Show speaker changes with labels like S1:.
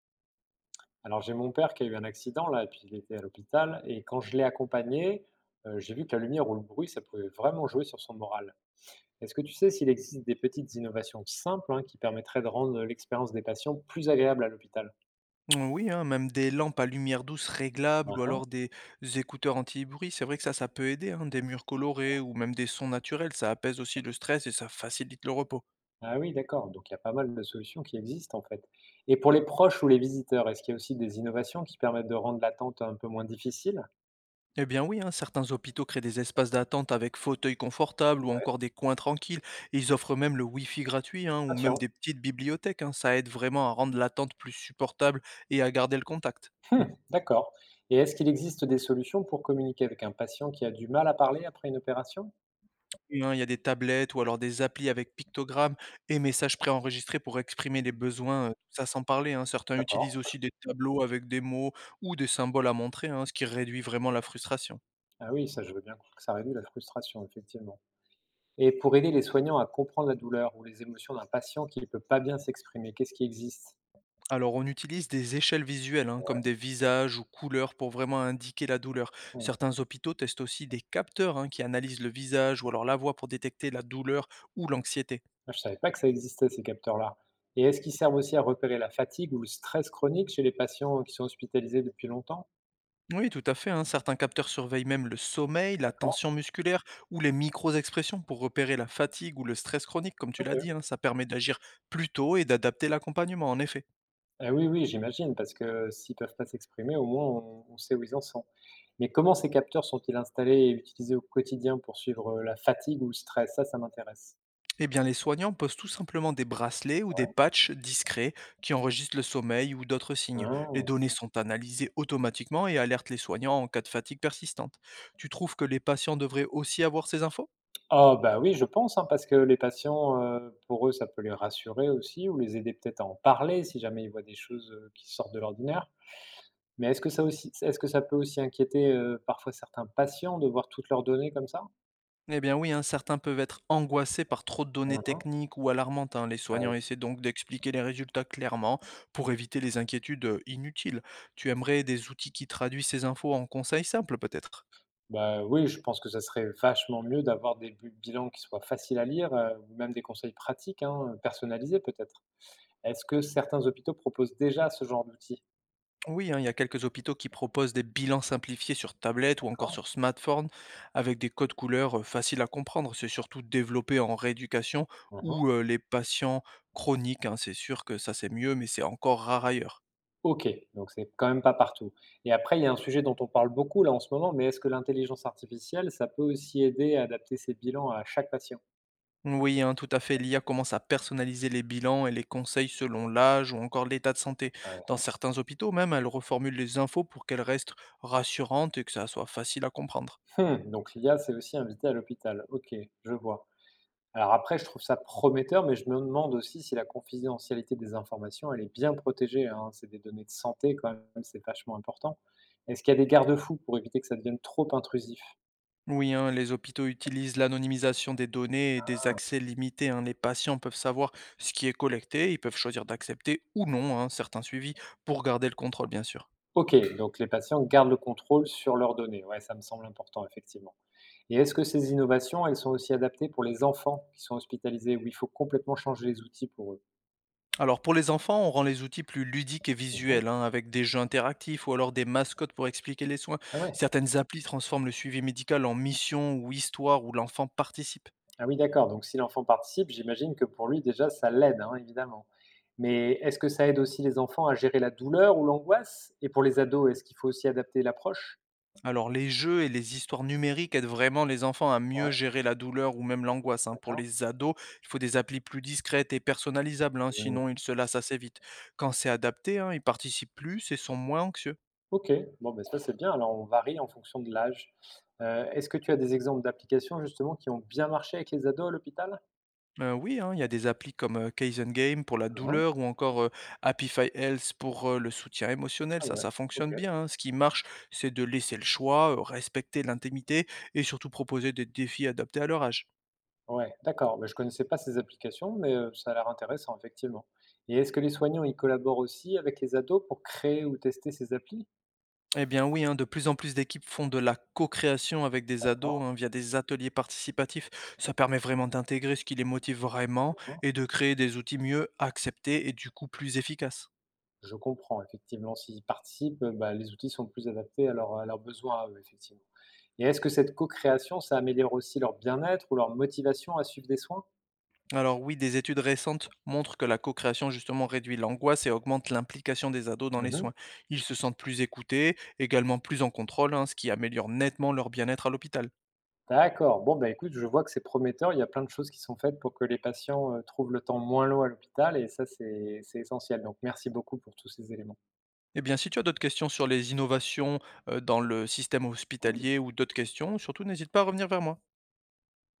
S1: Alors, j'ai mon père qui a eu un accident là et puis il était à l'hôpital et quand je l'ai accompagné, j'ai vu que la lumière ou le bruit, ça pouvait vraiment jouer sur son moral. Est-ce que tu sais s'il existe des petites innovations simples, hein, qui permettraient de rendre l'expérience des patients plus agréable à l'hôpital?
S2: Oui, hein, même des lampes à lumière douce réglables
S1: Hein,
S2: ou
S1: hein.
S2: alors des écouteurs anti-bruit, c'est vrai que ça peut aider, hein, des murs colorés ou même des sons naturels, ça apaise aussi le stress et ça facilite le repos.
S1: Ah oui, d'accord, donc il y a pas mal de solutions qui existent en fait. Et pour les proches ou les visiteurs, est-ce qu'il y a aussi des innovations qui permettent de rendre l'attente un peu moins difficile?
S2: Eh bien oui, hein, certains hôpitaux créent des espaces d'attente avec fauteuils confortables ou
S1: Ouais,
S2: encore
S1: pour
S2: des coins tranquilles. Et ils offrent même le Wi-Fi gratuit, hein,
S1: le
S2: ou même
S1: patient.
S2: des petites bibliothèques, hein, ça aide vraiment à rendre l'attente plus supportable et à garder le contact.
S1: D'accord. Et est-ce qu'il existe des solutions pour communiquer avec un patient qui a du mal à parler après une opération?
S2: Plus, hein, il y a des tablettes ou alors des applis avec pictogrammes et messages préenregistrés pour exprimer les besoins, tout ça sans parler, hein. Certains utilisent
S1: D'accord.
S2: aussi des tableaux avec des mots ou des symboles à montrer, hein, ce qui réduit vraiment la frustration.
S1: Ah oui, ça, je veux bien croire que ça réduit la frustration, effectivement. Et pour aider les soignants à comprendre la douleur ou les émotions d'un patient qui ne peut pas bien s'exprimer, qu'est-ce qui existe?
S2: Alors on utilise des échelles visuelles, hein, comme
S1: Ouais.
S2: des visages ou couleurs pour vraiment indiquer la douleur.
S1: Ouais.
S2: Certains hôpitaux testent aussi des capteurs, hein, qui analysent le visage ou alors la voix pour détecter la douleur ou l'anxiété.
S1: Ah, je savais pas que ça existait, ces capteurs-là. Et est-ce qu'ils servent aussi à repérer la fatigue ou le stress chronique chez les patients qui sont hospitalisés depuis longtemps?
S2: Oui, tout à fait, hein. Certains capteurs surveillent même le sommeil, la
S1: D'accord.
S2: tension musculaire ou les micro-expressions pour repérer la fatigue ou le stress chronique, comme tu
S1: Ok.
S2: l'as dit, hein. Ça permet d'agir plus tôt et d'adapter l'accompagnement, en effet.
S1: Eh oui, oui, j'imagine, parce que s'ils peuvent pas s'exprimer, au moins on sait où ils en sont. Mais comment ces capteurs sont-ils installés et utilisés au quotidien pour suivre la fatigue ou le stress? Ça m'intéresse.
S2: Eh bien, les soignants posent tout simplement des bracelets ou des patchs discrets qui enregistrent le sommeil ou d'autres signes. Les
S1: Ah.
S2: données sont analysées automatiquement et alertent les soignants en cas de fatigue persistante. Tu trouves que les patients devraient aussi avoir ces infos?
S1: Oh bah oui, je pense, hein, parce que les patients, pour eux, ça peut les rassurer aussi ou les aider peut-être à en parler si jamais ils voient des choses, qui sortent de l'ordinaire. Mais est-ce que ça aussi est-ce que ça peut aussi inquiéter, parfois certains patients de voir toutes leurs données comme ça?
S2: Eh bien oui, hein, certains peuvent être angoissés par trop de données
S1: Mmh.
S2: techniques ou alarmantes, hein. Les
S1: Ah
S2: soignants
S1: oui.
S2: essaient donc d'expliquer les résultats clairement pour éviter les inquiétudes inutiles. Tu aimerais des outils qui traduisent ces infos en conseils simples peut-être?
S1: Bah oui, je pense que ça serait vachement mieux d'avoir des bu bilans qui soient faciles à lire, ou même des conseils pratiques, hein, personnalisés peut-être. Est-ce que certains hôpitaux proposent déjà ce genre d'outils?
S2: Oui, hein, il y a quelques hôpitaux qui proposent des bilans simplifiés sur tablette ou encore
S1: D'accord.
S2: sur smartphone avec des codes couleurs faciles à comprendre. C'est surtout développé en rééducation
S1: Mmh.
S2: ou les patients chroniques, hein. C'est sûr que ça c'est mieux, mais c'est encore rare ailleurs.
S1: OK, donc c'est quand même pas partout et après il y a un sujet dont on parle beaucoup là en ce moment, mais est-ce que l'intelligence artificielle, ça peut aussi aider à adapter ses bilans à chaque patient?
S2: Oui, hein, tout à fait. L'IA commence à personnaliser les bilans et les conseils selon l'âge ou encore l'état de santé.
S1: Ah
S2: Dans
S1: ouais.
S2: certains hôpitaux même, elle reformule les infos pour qu'elles restent rassurantes et que ça soit facile à comprendre.
S1: Mmh, donc l'IA c'est aussi invité à l'hôpital. OK, je vois. Alors après je trouve ça prometteur, mais je me demande aussi si la confidentialité des informations, elle est bien protégée, hein. C'est des données de santé quand même, c'est vachement important. Est-ce qu'il y a des garde-fous pour éviter que ça devienne trop intrusif?
S2: Oui, hein, les hôpitaux utilisent l'anonymisation des données et des
S1: Ah.
S2: accès limités, hein. Les patients peuvent savoir ce qui est collecté, ils peuvent choisir d'accepter ou non, hein, certains suivis pour garder le contrôle, bien sûr.
S1: OK, donc les patients gardent le contrôle sur leurs données. Ouais, ça me semble important effectivement. Et est-ce que ces innovations, elles sont aussi adaptées pour les enfants qui sont hospitalisés, où il faut complètement changer les outils pour eux?
S2: Alors pour les enfants, on rend les outils plus ludiques et
S1: Mmh.
S2: visuels, hein, avec des jeux interactifs ou alors des mascottes pour expliquer les soins.
S1: Ah ouais.
S2: Certaines applis transforment le suivi médical en mission ou histoire où l'enfant participe.
S1: Ah oui, d'accord, donc si l'enfant participe, j'imagine que pour lui déjà ça l'aide, hein, évidemment. Mais est-ce que ça aide aussi les enfants à gérer la douleur ou l'angoisse? Et pour les ados, est-ce qu'il faut aussi adapter l'approche?
S2: Alors les jeux et les histoires numériques aident vraiment les enfants à
S1: Ouais,
S2: mieux gérer la douleur ou même l'angoisse, hein. Pour
S1: d'accord.
S2: les ados, il faut des applis plus discrètes et personnalisables, hein,
S1: Mmh.
S2: sinon ils se lassent assez vite. Quand c'est adapté, hein, ils participent plus et sont moins anxieux.
S1: OK, bon, ben ça, c'est bien, alors on varie en fonction de l'âge. Est-ce que tu as des exemples d'applications justement qui ont bien marché avec les ados à l'hôpital?
S2: Oui, hein, il y a des applis comme, Kaizen Game pour la
S1: Mmh.
S2: douleur ou encore, Happify Health pour, le soutien émotionnel,
S1: Ah
S2: ça,
S1: ouais,
S2: ça
S1: OK.
S2: fonctionne bien, hein. Ce qui marche, c'est de laisser le choix, respecter l'intimité et surtout proposer des défis adaptés à leur âge.
S1: Ouais, d'accord. Bah, je connaissais pas ces applications, mais ça a l'air intéressant effectivement. Et est-ce que les soignants, y collaborent aussi avec les ados pour créer ou tester ces applis?
S2: Eh bien oui, hein, de plus en plus d'équipes font de la co-création avec des ados,
S1: D'accord,
S2: hein, via des ateliers participatifs. Ça permet vraiment d'intégrer ce qui les motive vraiment
S1: d'accord.
S2: et de créer des outils mieux acceptés et du coup plus efficaces.
S1: Je comprends effectivement, s'ils participent, bah, les outils sont plus adaptés à leurs besoins à eux, effectivement. Et est-ce que cette co-création, ça améliore aussi leur bien-être ou leur motivation à suivre des soins?
S2: Alors oui, des études récentes montrent que la co-création justement réduit l'angoisse et augmente l'implication des ados dans les
S1: Mmh.
S2: soins. Ils se sentent plus écoutés, également plus en contrôle, hein, ce qui améliore nettement leur bien-être à l'hôpital.
S1: D'accord. Bon, bah, écoute, je vois que c'est prometteur. Il y a plein de choses qui sont faites pour que les patients, trouvent le temps moins long à l'hôpital et ça, c'est essentiel. Donc merci beaucoup pour tous ces éléments.
S2: Eh bien, si tu as d'autres questions sur les innovations dans le système hospitalier ou d'autres questions, surtout n'hésite pas à revenir vers moi.